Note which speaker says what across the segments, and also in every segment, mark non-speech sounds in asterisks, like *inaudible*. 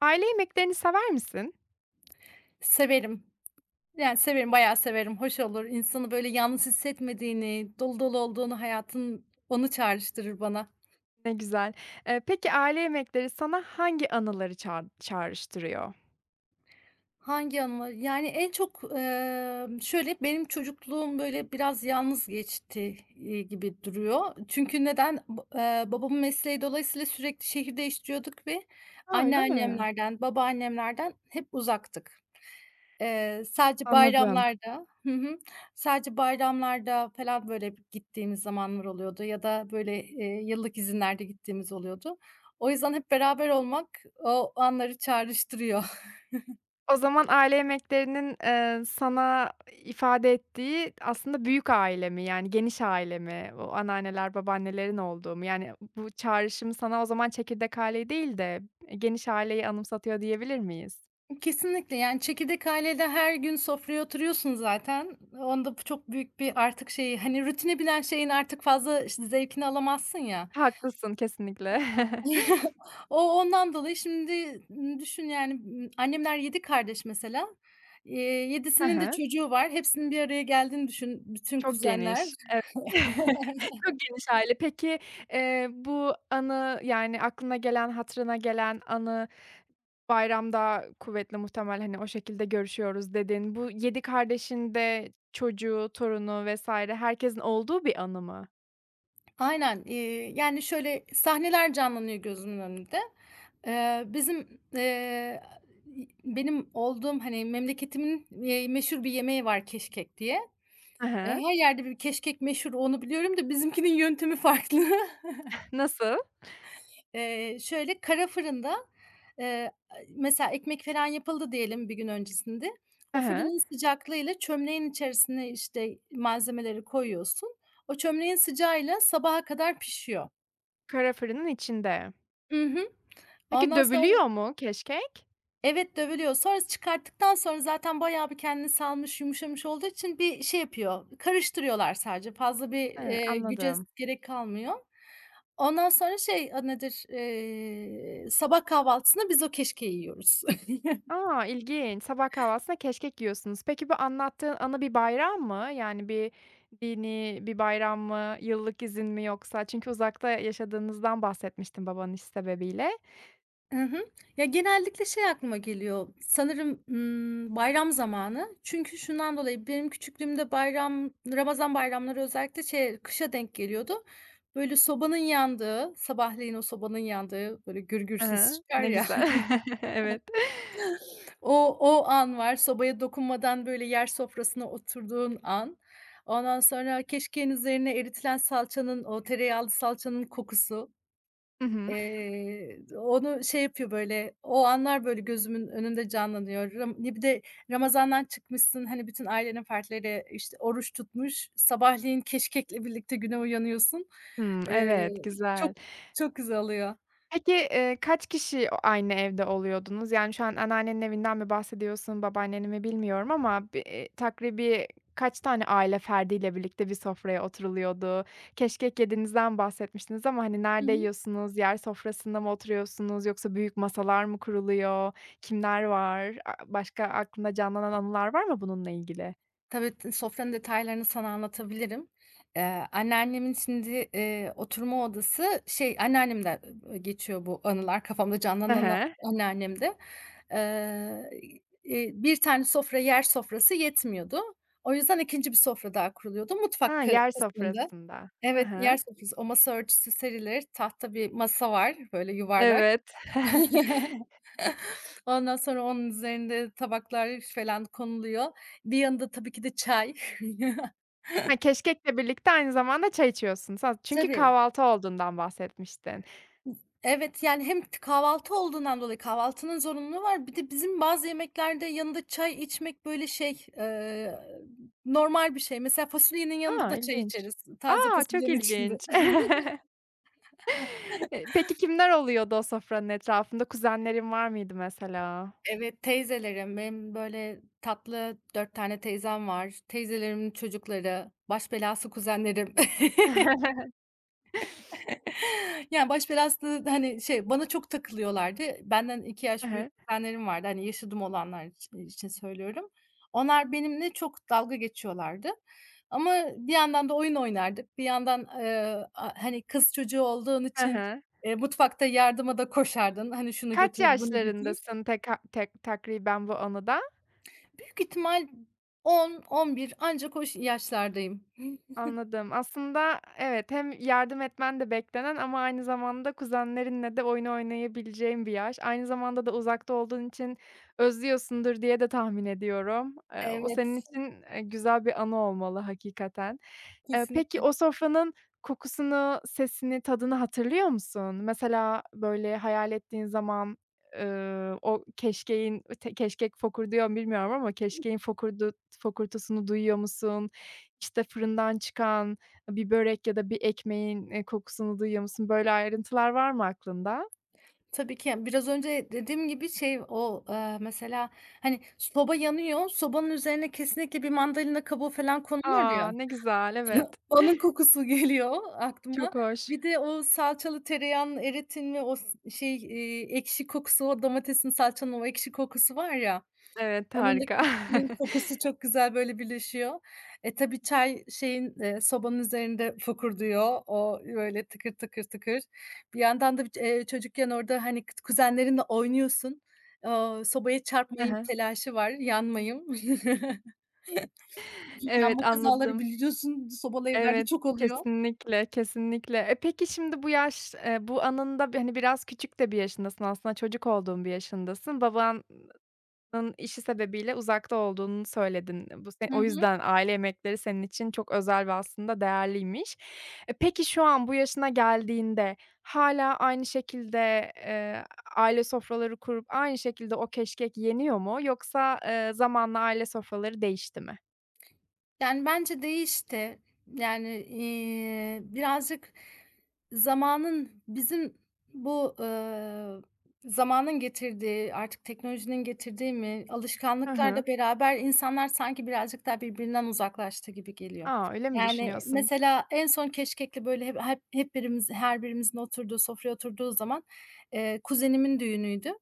Speaker 1: Aile yemeklerini sever misin?
Speaker 2: Severim. Yani, severim, bayağı severim, hoş olur. İnsanı böyle yalnız hissetmediğini, dolu dolu olduğunu hayatın onu çağrıştırır bana.
Speaker 1: Ne güzel. Peki aile yemekleri sana hangi anıları çağrıştırıyor?
Speaker 2: Hangi anılar? Yani, en çok, şöyle, benim çocukluğum, böyle, biraz yalnız geçti, gibi duruyor. Çünkü neden? Ba Babamın mesleği dolayısıyla sürekli şehir değiştiriyorduk ve
Speaker 1: A, öyle mi?
Speaker 2: anneannemlerden, babaannemlerden hep uzaktık. Sadece
Speaker 1: Anladım.
Speaker 2: bayramlarda. Hı hı. Sadece bayramlarda falan, böyle, gittiğimiz zamanlar oluyordu ya da, böyle, yıllık izinlerde gittiğimiz oluyordu. O yüzden hep beraber olmak o anları çağrıştırıyor.
Speaker 1: O zaman aile yemeklerinin, sana ifade ettiği aslında büyük aile mi? Yani geniş aile mi? O anneanneler, babaannelerin olduğu mu? Yani bu çağrışım sana o zaman çekirdek aileyi değil de geniş aileyi anımsatıyor diyebilir miyiz?
Speaker 2: *laughs* Kesinlikle, yani, çekirdek aileyle her gün sofraya oturuyorsun zaten. Onda bu çok büyük bir artık şey hani, rutine binen şeyin artık fazla zevkini alamazsın ya.
Speaker 1: Haklısın kesinlikle. *laughs*
Speaker 2: *laughs* Ondan dolayı şimdi, düşün yani, annemler 7 kardeş mesela. Eee,
Speaker 1: Hı
Speaker 2: 7'sinin de
Speaker 1: hı.
Speaker 2: çocuğu var. Hepsinin bir araya geldiğini düşün, bütün
Speaker 1: Çok
Speaker 2: kuzenler.
Speaker 1: geniş. *laughs* Çok geniş aile. Peki, bu anı, yani, aklına gelen, hatırına gelen anı bayramda kuvvetli muhtemel, hani, o şekilde görüşüyoruz dedin. Bu 7 kardeşin de çocuğu, torunu vs. herkesin olduğu bir anı mı?
Speaker 2: Aynen. Yani, şöyle sahneler canlanıyor gözümün önünde. Bizim, benim olduğum, hani, memleketimin, meşhur bir yemeği var keşkek diye.
Speaker 1: Hı hı.
Speaker 2: Her yerde bir keşkek meşhur, onu biliyorum da bizimkinin yöntemi farklı. *laughs*
Speaker 1: Nasıl?
Speaker 2: Şöyle, kara fırında, eee, mesela ekmek falan yapıldı diyelim bir gün öncesinde.
Speaker 1: Hı
Speaker 2: O
Speaker 1: hı.
Speaker 2: fırının sıcaklığıyla çömleğin içerisine, işte, malzemeleri koyuyorsun. O çömleğin sıcağıyla sabaha kadar pişiyor.
Speaker 1: Kara fırının içinde.
Speaker 2: I hı.
Speaker 1: Peki
Speaker 2: Ondan sonra,
Speaker 1: dövülüyor mu keşkek?
Speaker 2: evet, dövülüyor. Sonra çıkarttıktan sonra zaten bayağı bir kendini salmış, yumuşamış olduğu için bir şey yapıyor, karıştırıyorlar sadece. Fazla bir,
Speaker 1: He,
Speaker 2: güce
Speaker 1: anladım.
Speaker 2: gerek kalmıyor. Ondan sonra şey, adı nedir, sabah kahvaltısında biz o keşkeği yiyoruz. *laughs*
Speaker 1: A! İlginç. Sabah kahvaltısında keşkek yiyorsunuz. Peki bu anlattığın anı bir bayram mı? Yani bir dini bir bayram mı, yıllık izin mi yoksa? Çünkü uzakta yaşadığınızdan bahsetmiştin babanın iş sebebiyle.
Speaker 2: Hı hı. Ya, genellikle şey aklıma geliyor, sanırım, bayram zamanı. Çünkü şundan dolayı, benim küçüklüğümde bayram, Ramazan bayramları özellikle şey kışa denk geliyordu. Böyle sobanın yandığı, sabahleyin o sobanın yandığı, böyle gür gür
Speaker 1: I
Speaker 2: ses
Speaker 1: hı.
Speaker 2: çıkar
Speaker 1: Ne
Speaker 2: ya.
Speaker 1: güzel. *laughs* Evet.
Speaker 2: *laughs* O an var. Sobaya dokunmadan böyle yer sofrasına oturduğun an. Ondan sonra keşkeğin üzerine eritilen salçanın, o tereyağlı salçanın kokusu.
Speaker 1: Hı hı.
Speaker 2: Onu şey yapıyor, böyle, o anlar, böyle, gözümün önünde canlanıyor. Bir de Ramazan'dan çıkmışsın, hani, bütün ailenin fertleri, işte, oruç tutmuş. Sabahleyin keşkekle birlikte güne uyanıyorsun.
Speaker 1: Hımm,
Speaker 2: Eee,
Speaker 1: evet,
Speaker 2: Çok
Speaker 1: güzel.
Speaker 2: çok güzel oluyor.
Speaker 1: Peki, kaç kişi o aynı evde oluyordunuz? Yani, şu an anneannenin evinden mi bahsediyorsun, babaanneni mi bilmiyorum ama bi takribi kaç tane aile ferdiyle birlikte bir sofraya oturuluyordu? Keşkek yediğinizden bahsetmiştiniz ama, hani,
Speaker 2: Hı
Speaker 1: nerede
Speaker 2: hı.
Speaker 1: yiyorsunuz? Yer sofrasında mı oturuyorsunuz yoksa büyük masalar mı kuruluyor? Kimler var? A, başka aklında canlanan anılar var mı bununla ilgili?
Speaker 2: Tabii, sofranın detaylarını sana anlatabilirim. Anneannemin şimdi, oturma odası şey, anneannemden, geçiyor bu anılar, kafamda
Speaker 1: Hı
Speaker 2: canlanan
Speaker 1: hı.
Speaker 2: anneannemde. Eee, Bir tane sofra, yer sofrası yetmiyordu. O yüzden ikinci bir sofra daha kuruluyordu mutfak
Speaker 1: Ha, yer
Speaker 2: kısmında.
Speaker 1: sofrasında. Hı
Speaker 2: Evet,
Speaker 1: hı.
Speaker 2: yer sofrası, o masa örtüsü serilir, tahta bir masa var, böyle yuvarlak.
Speaker 1: Evet. *laughs*
Speaker 2: *laughs* Ondan sonra onun üzerinde tabaklar falan konuluyor. Bir yanında tabii ki de çay. *laughs*
Speaker 1: Ha, keşkekle birlikte aynı zamanda çay içiyorsunuz. Ha, çünkü
Speaker 2: Tabii.
Speaker 1: kahvaltı olduğundan bahsetmiştin.
Speaker 2: Evet, yani hem kahvaltı olduğundan dolayı kahvaltının zorunluluğu var. Bir de bizim bazı yemeklerde yanında çay içmek, böyle, şey, normal bir şey. Mesela fasulyenin yanında
Speaker 1: A,
Speaker 2: da çay
Speaker 1: ilginç.
Speaker 2: içeriz,
Speaker 1: A,
Speaker 2: taze
Speaker 1: çok
Speaker 2: fasulyenin içinde.
Speaker 1: ilginç. *laughs*
Speaker 2: *laughs*
Speaker 1: Peki kimler oluyordu o sofranın etrafında? Kuzenlerin var mıydı mesela?
Speaker 2: Evet, teyzelerim, benim, böyle, tatlı 4 tane teyzem var. Teyzelerimin çocukları, baş belası kuzenlerim. *laughs*
Speaker 1: *laughs*
Speaker 2: *laughs* Yani, baş belası, hani, şey, bana çok takılıyorlardı. Benden iki
Speaker 1: Hı
Speaker 2: yaş
Speaker 1: hı.
Speaker 2: büyük kuzenlerim vardı. Hani, yaşadım olanlar için söylüyorum. Onlar benimle çok dalga geçiyorlardı ama bir yandan da oyun oynardık. Bir yandan, a hani, kız çocuğu olduğun
Speaker 1: Hı
Speaker 2: için,
Speaker 1: hı.
Speaker 2: mutfakta yardıma da koşardın. Hani, şunu
Speaker 1: Kaç
Speaker 2: götür, bunu götür.
Speaker 1: yaşlarındasın tek takriben bu anıda?
Speaker 2: Büyük ihtimal 10-11 ancak o yaşlardayım. *laughs*
Speaker 1: Anladım. Aslında evet, hem yardım etmen de beklenen ama aynı zamanda kuzenlerinle de oyun oynayabileceğin bir yaş. Aynı zamanda da uzakta olduğun için özlüyorsundur diye de tahmin ediyorum. O
Speaker 2: Evet,
Speaker 1: senin için, güzel bir anı olmalı hakikaten. Peki
Speaker 2: kesinlikle.
Speaker 1: o sofranın kokusunu, sesini, tadını hatırlıyor musun? Mesela, böyle, hayal ettiğin zaman, o keşkeğin, keşkek fokurduyor mu bilmiyorum ama keşkeğin fokurtusunu duyuyor musun? İşte, fırından çıkan bir börek ya da bir ekmeğin, kokusunu duyuyor musun? Böyle ayrıntılar var mı aklında?
Speaker 2: Tabii ki, yani, biraz önce dediğim gibi şey o, mesela, hani, soba yanıyor, sobanın üzerine kesinlikle bir mandalina kabuğu falan konulur
Speaker 1: A!
Speaker 2: ya.
Speaker 1: Ne güzel, evet.
Speaker 2: *laughs* Onun kokusu geliyor aklıma.
Speaker 1: Çok hoş.
Speaker 2: Bir de o salçalı tereyağının eritilme o şey, ekşi kokusu, o domatesin, salçanın o ekşi kokusu var ya.
Speaker 1: Evet,
Speaker 2: Onun da
Speaker 1: harika.
Speaker 2: kekliğin
Speaker 1: *laughs*
Speaker 2: kokusu çok güzel, böyle, birleşiyor. Tabii çay şeyin, sobanın üzerinde fokurduyor. O, böyle, tıkır tıkır tıkır. Bir yandan da, çocukken orada, hani, kuzenlerinle oynuyorsun. Aaa, sobaya
Speaker 1: He
Speaker 2: çarpmayayım
Speaker 1: he.
Speaker 2: telaşı var, yanmayayım. Çünkü *laughs*
Speaker 1: Evet,
Speaker 2: yanma kazaları
Speaker 1: anladım.
Speaker 2: biliyorsun sobalı evlerde
Speaker 1: Evet,
Speaker 2: çok oluyor.
Speaker 1: kesinlikle, kesinlikle. E, peki şimdi bu yaş, bu anında, hani, biraz küçük de bir yaşındasın aslında, çocuk olduğun bir yaşındasın. Baban nın işi sebebiyle uzakta olduğunu söyledin. E, Bu se o
Speaker 2: Hı.
Speaker 1: yüzden aile yemekleri senin için çok özel ve aslında değerliymiş. E, peki şu an bu yaşına geldiğinde hâlâ aynı şekilde, aile sofraları kurup aynı şekilde o keşkek yeniyor mu yoksa, zamanla aile sofraları değişti mi?
Speaker 2: Yani, bence değişti. Yani, birazcık zamanın bizim bu, zamanın getirdiği, artık teknolojinin getirdiği mi,
Speaker 1: Hı hı.
Speaker 2: alışkanlıklarla beraber insanlar sanki birazcık daha birbirinden uzaklaştı gibi geliyor.
Speaker 1: A, öyle mi
Speaker 2: Yani,
Speaker 1: düşünüyorsun?
Speaker 2: mesela en son keşkekli, böyle, hep birimiz her birimizin oturduğu, sofraya oturduğu zaman, kuzenimin düğünüydü.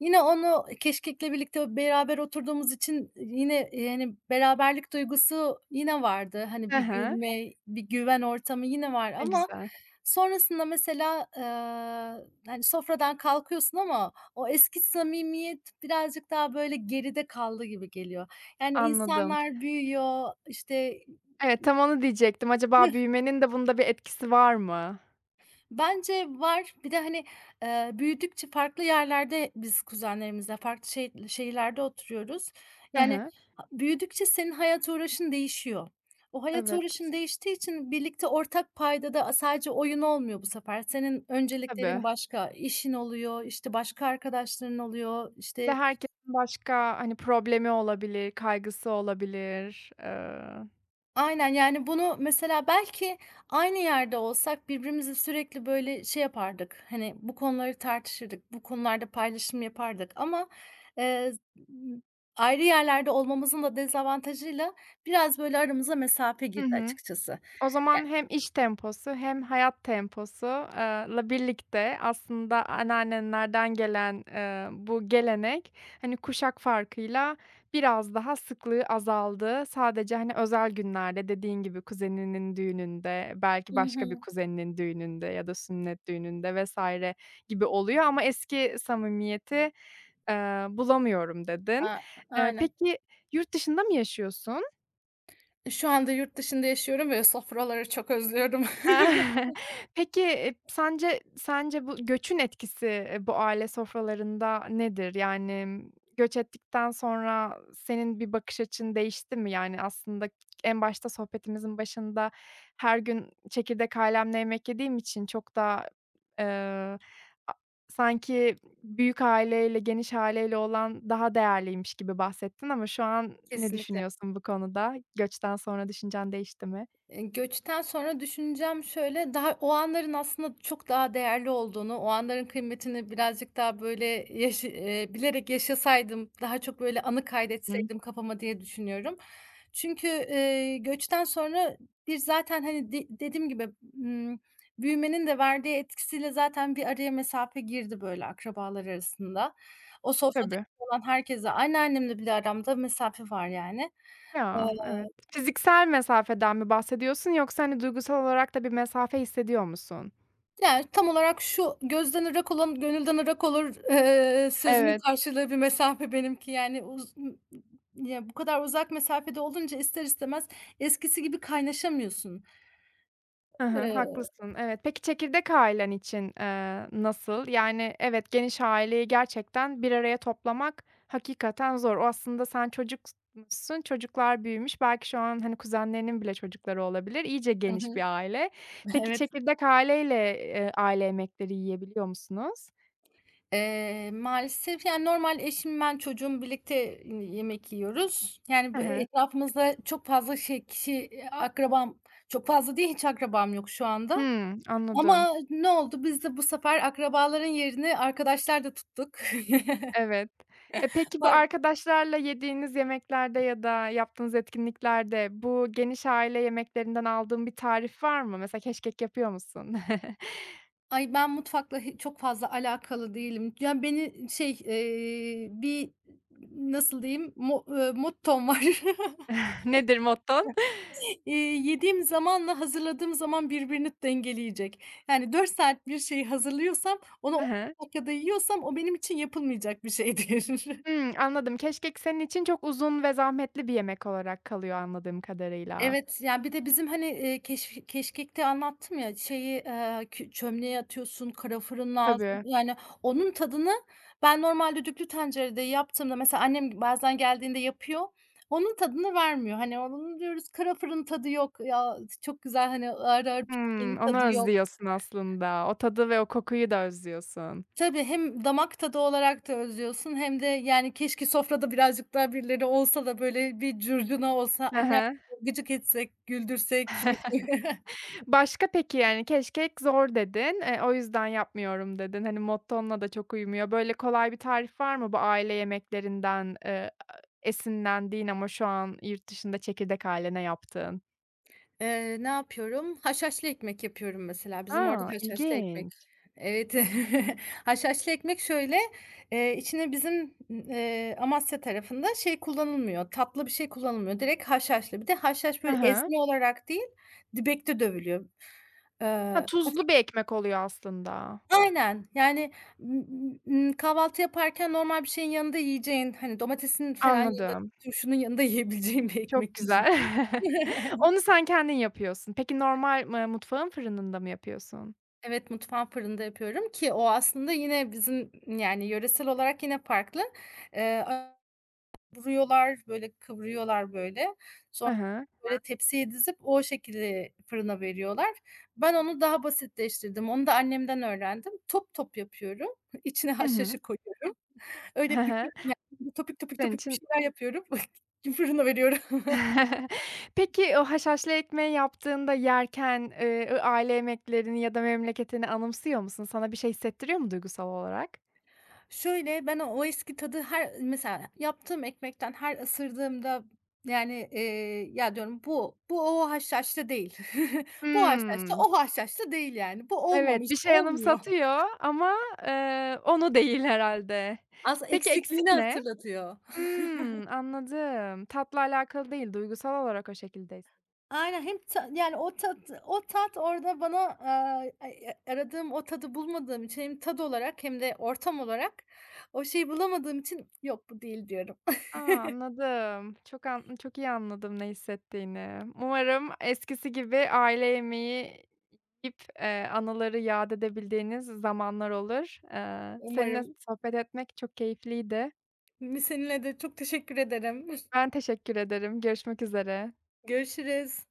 Speaker 2: Yine onu keşkekle birlikte beraber oturduğumuz için yine, yani, beraberlik duygusu yine vardı. Hani,
Speaker 1: Hı
Speaker 2: bir
Speaker 1: hı.
Speaker 2: gülme, bir güven ortamı yine var
Speaker 1: Ne
Speaker 2: ama
Speaker 1: güzel.
Speaker 2: sonrasında mesela, hani, sofradan kalkıyorsun ama o eski samimiyet birazcık daha, böyle, geride kaldı gibi geliyor. Yani,
Speaker 1: Anladım.
Speaker 2: insanlar büyüyor, işte.
Speaker 1: Evet, tam onu diyecektim. Acaba büyümenin de bunda bir etkisi var mı?
Speaker 2: Bence var. Bir de, hani, büyüdükçe farklı yerlerde biz kuzenlerimizle farklı şehirlerde oturuyoruz.
Speaker 1: Hı
Speaker 2: Yani,
Speaker 1: hı.
Speaker 2: ha büyüdükçe senin hayat uğraşın değişiyor. O hayat
Speaker 1: Evet,
Speaker 2: uğraşın değiştiği için birlikte ortak paydada sadece oyun olmuyor bu sefer. Senin
Speaker 1: tabii.
Speaker 2: önceliklerin başka, işin oluyor, işte, başka arkadaşların oluyor,
Speaker 1: Bir de
Speaker 2: işte.
Speaker 1: herkesin başka, hani, problemi olabilir, kaygısı olabilir.
Speaker 2: Aynen, yani, bunu mesela belki aynı yerde olsak birbirimizi sürekli, böyle, şey yapardık, hani, bu konuları tartışırdık, bu konularda paylaşım yapardık ama, eee, ayrı yerlerde olmamızın da dezavantajıyla biraz, böyle, aramıza mesafe
Speaker 1: Hı
Speaker 2: girdi
Speaker 1: hı.
Speaker 2: açıkçası.
Speaker 1: O
Speaker 2: Ya.
Speaker 1: zaman hem iş temposu hem hayat temposu, la birlikte aslında anneannenlerden gelen, bu gelenek, hani, kuşak farkıyla biraz daha sıklığı azaldı. Sadece, hani, özel günlerde dediğin gibi kuzeninin düğününde, belki
Speaker 2: Hı
Speaker 1: başka bir
Speaker 2: hı.
Speaker 1: kuzeninin düğününde ya da sünnet düğününde vesaire gibi oluyor ama eski samimiyeti, eee, "bulamıyorum" dedin.
Speaker 2: A aynen.
Speaker 1: Peki yurt dışında mı yaşıyorsun?
Speaker 2: Şu anda yurt dışında yaşıyorum ve sofraları çok özlüyorum.
Speaker 1: *laughs*
Speaker 2: *laughs*
Speaker 1: Peki, sence sence bu göçün etkisi, bu aile sofralarında nedir? Yani, göç ettikten sonra senin bir bakış açın değişti mi? Yani, aslında en başta sohbetimizin başında her gün çekirdek ailemle yemek yediğim için çok da, eee, a sanki büyük aileyle, geniş aileyle olan daha değerliymiş gibi bahsettin ama şu an ne
Speaker 2: Kesinlikle.
Speaker 1: düşünüyorsun bu konuda? Göçten sonra düşüncen değişti mi?
Speaker 2: Göçten sonra düşüncem şöyle, daha o anların aslında çok daha değerli olduğunu, o anların kıymetini birazcık daha böyle yaşı bilerek yaşasaydım, daha çok böyle anı
Speaker 1: Hı,
Speaker 2: kaydetseydim kafama diye düşünüyorum. Çünkü, göçten sonra bir zaten, hani, de dediğim gibi, ımm, büyümenin de verdiği etkisiyle zaten bir araya mesafe girdi böyle akrabalar arasında. O sofradaki
Speaker 1: tabii.
Speaker 2: olan herkese, anneannemle bile aramda mesafe var yani.
Speaker 1: Ya, evet. Fiziksel mesafeden mi bahsediyorsun yoksa, hani, duygusal olarak da bir mesafe hissediyor musun?
Speaker 2: Yani, tam olarak şu, "Gözden ırak olan gönülden ırak olur." Sözünün
Speaker 1: Evet.
Speaker 2: karşılığı bir mesafe benimki. Yani, ya, bu kadar uzak mesafede olunca ister istemez eskisi gibi kaynaşamıyorsun.
Speaker 1: Hı hı,
Speaker 2: Eee
Speaker 1: haklısın. Evet. Peki çekirdek ailen için, nasıl? Yani, evet, geniş aileyi gerçekten bir araya toplamak hakikaten zor. O aslında sen çocukmuşsun, çocuklar büyümüş. Belki şu an, hani, kuzenlerinin bile çocukları olabilir. İyice
Speaker 2: Hı hı.
Speaker 1: geniş bir aile.
Speaker 2: *laughs*
Speaker 1: Peki
Speaker 2: Evet.
Speaker 1: çekirdek aileyle, aile yemekleri yiyebiliyor musunuz?
Speaker 2: Maalesef, yani, normal eşim, ben, çocuğum birlikte, hani, yemek yiyoruz. Yani,
Speaker 1: Hı
Speaker 2: bu
Speaker 1: hı.
Speaker 2: etrafımızda çok fazla şey, kişi, akrabam çok fazla değil, hiç akrabam yok şu anda.
Speaker 1: Hımm, anladım.
Speaker 2: Ama ne oldu? Biz de bu sefer akrabaların yerini arkadaşlar da tuttuk. *laughs*
Speaker 1: Evet. E, peki bu
Speaker 2: Bay
Speaker 1: arkadaşlarla yediğiniz yemeklerde ya da yaptığınız etkinliklerde bu geniş aile yemeklerinden aldığın bir tarif var mı? Mesela keşkek yapıyor musun?
Speaker 2: Ben mutfakla çok fazla alakalı değilim. Yani, beni şey, bir nasıl diyeyim, mo mottom var. *laughs*
Speaker 1: *laughs* Nedir motton?
Speaker 2: Yediğim zamanla hazırladığım zaman birbirini dengeleyecek. Yani 4 saat bir şeyi hazırlıyorsam, onu
Speaker 1: Hı
Speaker 2: 10
Speaker 1: hı.
Speaker 2: dakikada yiyorsam o benim için yapılmayacak bir şeydir. *laughs*
Speaker 1: Hımm, anladım. Keşkek senin için çok uzun ve zahmetli bir yemek olarak kalıyor anladığım kadarıyla.
Speaker 2: Evet, yani bir de bizim, hani, keşkekte anlattım ya, şeyi, çömleğe atıyorsun, kalafırın lazım.
Speaker 1: Tabii.
Speaker 2: Yani onun tadını ben normalde düdüklü tencerede yaptığımda mesela annem bazen geldiğinde yapıyor, onun tadını vermiyor. Hani, onun diyoruz kara fırın tadı yok, ya çok güzel, hani, ağır ağır
Speaker 1: Hımm,
Speaker 2: pişmenin
Speaker 1: onu
Speaker 2: tadı yok.
Speaker 1: özlüyorsun aslında. O tadı ve o kokuyu da özlüyorsun.
Speaker 2: Tabii hem damak tadı olarak da özlüyorsun hem de, yani, keşke sofrada birazcık daha birileri olsa da böyle bir curcuna olsa,
Speaker 1: Hı
Speaker 2: annem
Speaker 1: hı.
Speaker 2: gıcık etsek, güldürsek. *laughs*
Speaker 1: Başka peki, yani, "Keşkek zor." dedin, "O yüzden yapmıyorum." dedin. Hani, mottonla da çok uymuyor. Böyle kolay bir tarif var mı bu aile yemeklerinden, esinlendiğin ama şu an yurt dışında çekirdek hâline yaptığın?
Speaker 2: Ne yapıyorum? Haşhaşlı ekmek yapıyorum mesela. Bizim orada
Speaker 1: Aa,
Speaker 2: haşhaşlı ekmek.
Speaker 1: ilginç.
Speaker 2: Evet. *laughs* Haşhaşlı ekmek şöyle, içine bizim, Amasya tarafında şey kullanılmıyor, tatlı bir şey kullanılmıyor. Direkt haşhaşlı. Bir de haşhaş
Speaker 1: Hı
Speaker 2: böyle
Speaker 1: hı.
Speaker 2: ezme olarak değil, dibekte dövülüyor. Eee,
Speaker 1: Ha, tuzlu
Speaker 2: Hafif.
Speaker 1: bir ekmek oluyor aslında.
Speaker 2: Aynen. Yani, kahvaltı yaparken normal bir şeyin yanında yiyeceğin, hani, domatesin falan yanında,
Speaker 1: Anladım.
Speaker 2: turşunun yanında *laughs* yiyebileceğin bir
Speaker 1: Çok
Speaker 2: ekmek çeşidi.
Speaker 1: güzel. *laughs*
Speaker 2: *laughs*
Speaker 1: Onu sen kendin yapıyorsun. Peki normal, mutfağın fırınında mı yapıyorsun?
Speaker 2: Evet, mutfağın fırında yapıyorum ki o aslında yine bizim, yani, yöresel olarak yine farklı. Eee, Vuruyorlar, böyle kıvırıyorlar böyle. Sonra
Speaker 1: Hı hı.
Speaker 2: böyle tepsiye dizip o şekilde fırına veriyorlar. Ben onu daha basitleştirdim. Onu da annemden öğrendim. Top top yapıyorum. *laughs* İçine
Speaker 1: Hı hı.
Speaker 2: haşhaşı koyuyorum.
Speaker 1: Hı
Speaker 2: Öyle
Speaker 1: hı.
Speaker 2: büküyorum yani. Topik topik
Speaker 1: Senin
Speaker 2: topik bir
Speaker 1: için
Speaker 2: şeyler yapıyorum. *laughs* Fırına veriyorum.
Speaker 1: *laughs* peki, o haşhaşlı ekmeği yaptığında yerken, aile yemeklerini ya da memleketini anımsıyor musun? Sana bir şey hissettiriyor mu duygusal olarak?
Speaker 2: Şöyle, ben o eski tadı her mesela yaptığım ekmekten her ısırdığımda, yani, ya diyorum bu o haşhaşlı değil. *laughs* Bu haşhaşlı
Speaker 1: Hımm.
Speaker 2: o haşhaşlı değil yani. Bu
Speaker 1: Evet,
Speaker 2: olmamış,
Speaker 1: bir şey
Speaker 2: olmuyor.
Speaker 1: anımsatıyor ama, onu değil herhalde.
Speaker 2: Aslında
Speaker 1: Peki,
Speaker 2: eksikliğini
Speaker 1: eksik ne?
Speaker 2: hatırlatıyor.
Speaker 1: Hımm, anladım. Tatla alakalı değil, duygusal olarak o şekilde
Speaker 2: Aynen hem yani o tat orada bana, aradığım o tadı bulmadığım için hem tad olarak hem de ortam olarak o şeyi bulamadığım için yok bu değil diyorum. *laughs*
Speaker 1: anladım. Çok iyi anladım ne hissettiğini. Umarım eskisi gibi aile yemeği yip, anıları yâd edebildiğiniz zamanlar olur. Seninle
Speaker 2: Umarım.
Speaker 1: sohbet etmek çok keyifliydi.
Speaker 2: Seninle de çok teşekkür ederim.
Speaker 1: Ben teşekkür ederim. Görüşmek üzere.
Speaker 2: *laughs* Görüşürüz.